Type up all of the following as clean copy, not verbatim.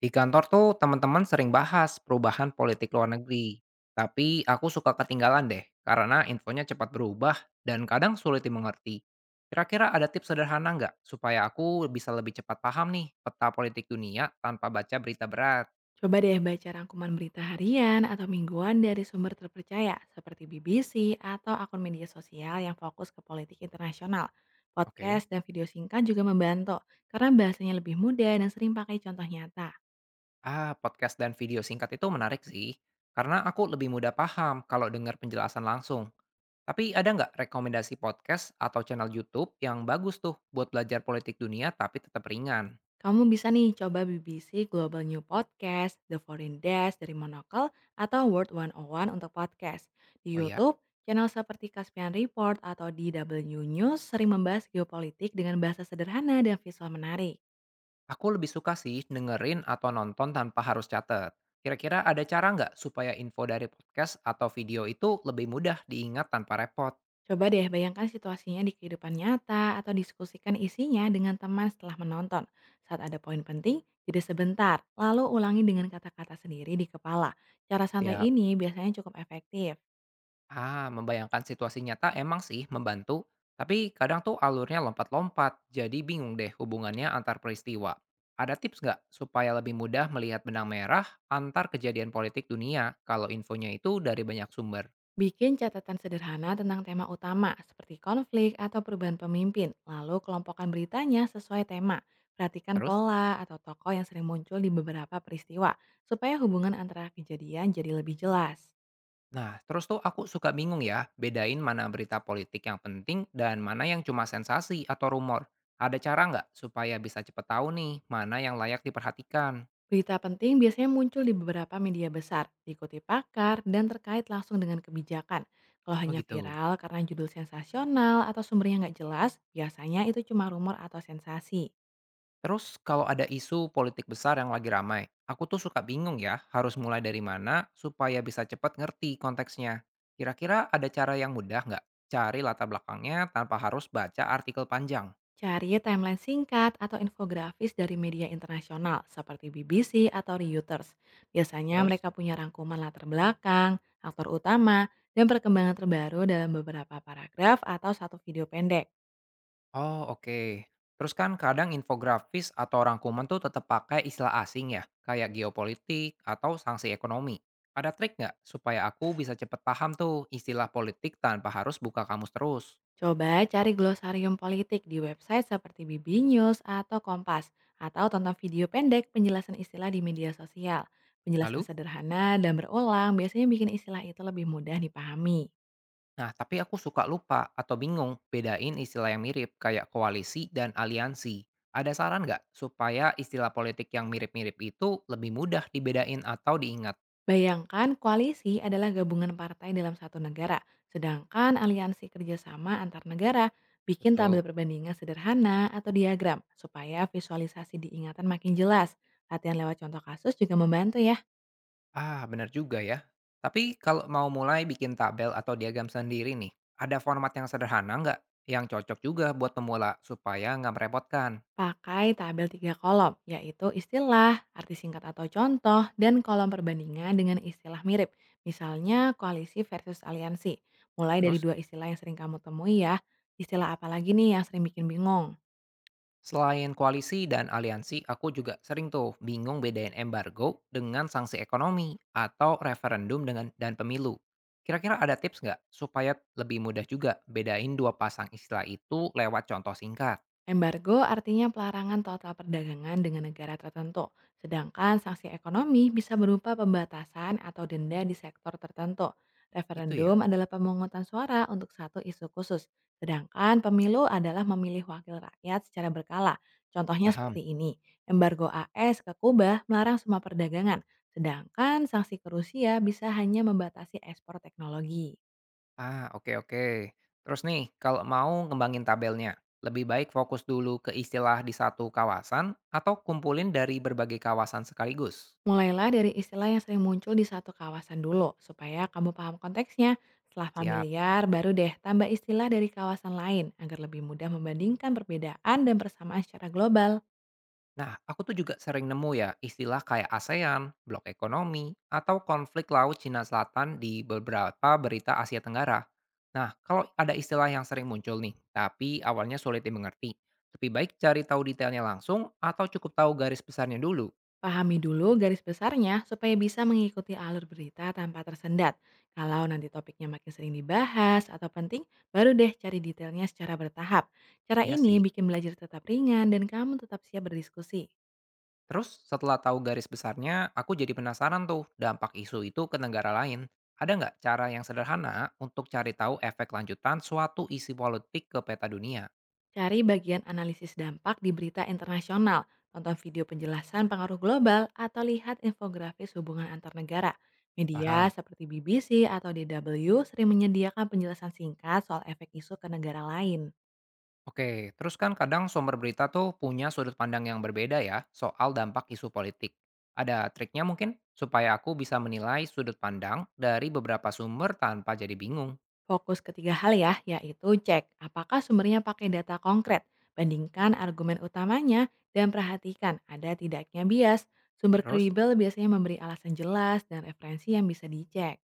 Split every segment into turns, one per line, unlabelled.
Di kantor tuh teman-teman sering bahas perubahan politik luar negeri. Tapi aku suka ketinggalan deh, karena infonya cepat berubah dan kadang sulit dimengerti. Kira-kira ada tips sederhana nggak supaya aku bisa lebih cepat paham nih peta politik dunia tanpa baca berita berat?
Coba deh baca rangkuman berita harian atau mingguan dari sumber terpercaya seperti BBC atau akun media sosial yang fokus ke politik internasional. Podcast
Oke.
dan video singkat juga membantu karena bahasanya lebih mudah dan sering pakai contoh nyata.
Ah, podcast dan video singkat itu menarik sih, karena aku lebih mudah paham kalau dengar penjelasan langsung. Tapi ada nggak rekomendasi podcast atau channel YouTube yang bagus tuh buat belajar politik dunia tapi tetap ringan?
Kamu bisa nih coba BBC Global New Podcast, The Foreign Desk dari Monocle, atau World 101 untuk podcast. Di
Oh ya,
YouTube, channel seperti Caspian Report atau DW News sering membahas geopolitik dengan bahasa sederhana dan visual menarik.
aku lebih suka sih dengerin atau nonton tanpa harus catat. Kira-kira ada cara nggak supaya info dari podcast atau video itu lebih mudah diingat tanpa repot?
Coba deh bayangkan situasinya di kehidupan nyata atau diskusikan isinya dengan teman setelah menonton. Saat ada poin penting, jadi sebentar, lalu ulangi dengan kata-kata sendiri di kepala. Cara santai
Siap.
ini biasanya cukup efektif.
Ah, membayangkan situasi nyata emang sih membantu, tapi kadang tuh alurnya lompat-lompat, jadi bingung deh hubungannya antar peristiwa. Ada tips nggak supaya lebih mudah melihat benang merah antar kejadian politik dunia kalau infonya itu dari banyak sumber?
Bikin catatan sederhana tentang tema utama seperti konflik atau perubahan pemimpin, lalu kelompokkan beritanya sesuai tema. Perhatikan
Terus?
pola atau tokoh yang sering muncul di beberapa peristiwa supaya hubungan antara kejadian jadi lebih jelas.
Nah, terus tuh aku suka bingung ya, bedain mana berita politik yang penting dan mana yang cuma sensasi atau rumor. Ada cara nggak supaya bisa cepet tahu nih mana yang layak diperhatikan?
Berita penting biasanya muncul di beberapa media besar, diikuti pakar, dan terkait langsung dengan kebijakan. Kalau
Oh
hanya
gitu.
viral karena judul sensasional atau sumbernya nggak jelas, biasanya itu cuma rumor atau sensasi.
Terus kalau ada isu politik besar yang lagi ramai, aku tuh suka bingung ya harus mulai dari mana supaya bisa cepat ngerti konteksnya. Kira-kira ada cara yang mudah nggak? Cari latar belakangnya tanpa harus baca artikel panjang.
Cari timeline singkat atau infografis dari media internasional seperti BBC atau Reuters. Biasanya
Terus?
mereka punya rangkuman latar belakang, aktor utama, dan perkembangan terbaru dalam beberapa paragraf atau satu video pendek.
Oh, oke. Terus kan kadang infografis atau rangkuman tuh tetap pakai istilah asing ya, kayak geopolitik atau sanksi ekonomi. Ada trik nggak supaya aku bisa cepet paham tuh istilah politik tanpa harus buka kamus terus?
Coba cari glosarium politik di website seperti BB News atau Kompas, atau tonton video pendek penjelasan istilah di media sosial. Penjelasan
Lalu?
sederhana dan berulang biasanya bikin istilah itu lebih mudah dipahami.
Nah, tapi aku suka lupa atau bingung bedain istilah yang mirip kayak koalisi dan aliansi. Ada saran nggak supaya istilah politik yang mirip-mirip itu lebih mudah dibedain atau diingat?
Bayangkan koalisi adalah gabungan partai dalam satu negara, sedangkan aliansi kerjasama antar negara bikin tabel
Betul.
perbandingan sederhana atau diagram supaya visualisasi diingatan makin jelas. Latihan lewat contoh kasus juga membantu ya.
Ah, benar juga ya. Tapi kalau mau mulai bikin tabel atau diagram sendiri nih, ada format yang sederhana nggak yang cocok juga buat pemula supaya nggak merepotkan?
Pakai tabel tiga kolom, yaitu istilah, arti singkat atau contoh, dan kolom perbandingan dengan istilah mirip. Misalnya koalisi versus aliansi. Mulai dari
Terus,
dua istilah yang sering kamu temui ya. Istilah apa lagi nih yang sering bikin bingung?
selain koalisi dan aliansi, aku juga sering tuh bingung bedain embargo dengan sanksi ekonomi atau referendum dengan dan pemilu. Kira-kira ada tips nggak supaya lebih mudah juga bedain dua pasang istilah itu lewat contoh singkat?
Embargo artinya pelarangan total perdagangan dengan negara tertentu, sedangkan sanksi ekonomi bisa berupa pembatasan atau denda di sektor tertentu.
Itu
Referendum
ya,
adalah pemungutan suara untuk satu isu khusus, sedangkan pemilu adalah memilih wakil rakyat secara berkala. Contohnya
paham.
seperti ini, embargo AS ke Kuba melarang semua perdagangan, sedangkan sanksi ke Rusia bisa hanya membatasi ekspor teknologi.
Ah, oke oke. Terus nih, kalau mau ngembangin tabelnya, lebih baik fokus dulu ke istilah di satu kawasan atau kumpulin dari berbagai kawasan sekaligus.
Mulailah dari istilah yang sering muncul di satu kawasan dulu, supaya kamu paham konteksnya. Setelah
Siap.
familiar, baru deh tambah istilah dari kawasan lain agar lebih mudah membandingkan perbedaan dan persamaan secara global.
Nah, aku tuh juga sering nemu ya istilah kayak ASEAN, blok ekonomi, atau konflik laut Cina Selatan di beberapa berita Asia Tenggara. Nah, kalau ada istilah yang sering muncul nih, tapi awalnya sulit dimengerti, lebih baik cari tahu detailnya langsung atau cukup tahu garis besarnya dulu.
Pahami dulu garis besarnya supaya bisa mengikuti alur berita tanpa tersendat. Kalau nanti topiknya makin sering dibahas atau penting, baru deh cari detailnya secara bertahap. Cara
Ya
ini
sih.
bikin belajar tetap ringan dan kamu tetap siap berdiskusi.
Terus setelah tahu garis besarnya, aku jadi penasaran tuh dampak isu itu ke negara lain. Ada nggak cara yang sederhana untuk cari tahu efek lanjutan suatu isi politik ke peta dunia?
Cari bagian analisis dampak di berita internasional, tonton video penjelasan pengaruh global, atau lihat infografis hubungan antar negara. Media
Paham.
seperti BBC atau DW sering menyediakan penjelasan singkat soal efek isu ke negara lain.
Oke, terus kan kadang sumber berita tuh punya sudut pandang yang berbeda ya soal dampak isu politik. Ada triknya mungkin supaya aku bisa menilai sudut pandang dari beberapa sumber tanpa jadi bingung.
Fokus ketiga hal ya, yaitu cek apakah sumbernya pakai data konkret, bandingkan argumen utamanya, dan perhatikan ada tidaknya bias. Sumber
Terus?
kredibel biasanya memberi alasan jelas dan referensi yang bisa dicek.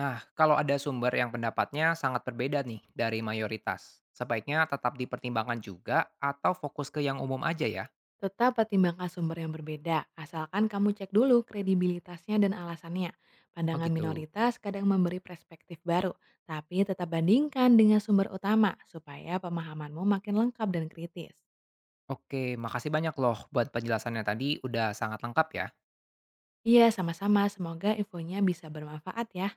Nah, kalau ada sumber yang pendapatnya sangat berbeda nih dari mayoritas, sebaiknya tetap dipertimbangkan juga atau fokus ke yang umum aja ya.
Tetap pertimbangkan sumber yang berbeda, asalkan kamu cek dulu kredibilitasnya dan alasannya.
Oh
Pandangan
gitu.
minoritas kadang memberi perspektif baru, tapi tetap bandingkan dengan sumber utama supaya pemahamanmu makin lengkap dan kritis.
Oke, makasih banyak loh buat penjelasannya tadi, udah sangat lengkap ya.
Iya, sama-sama. Semoga infonya bisa bermanfaat ya.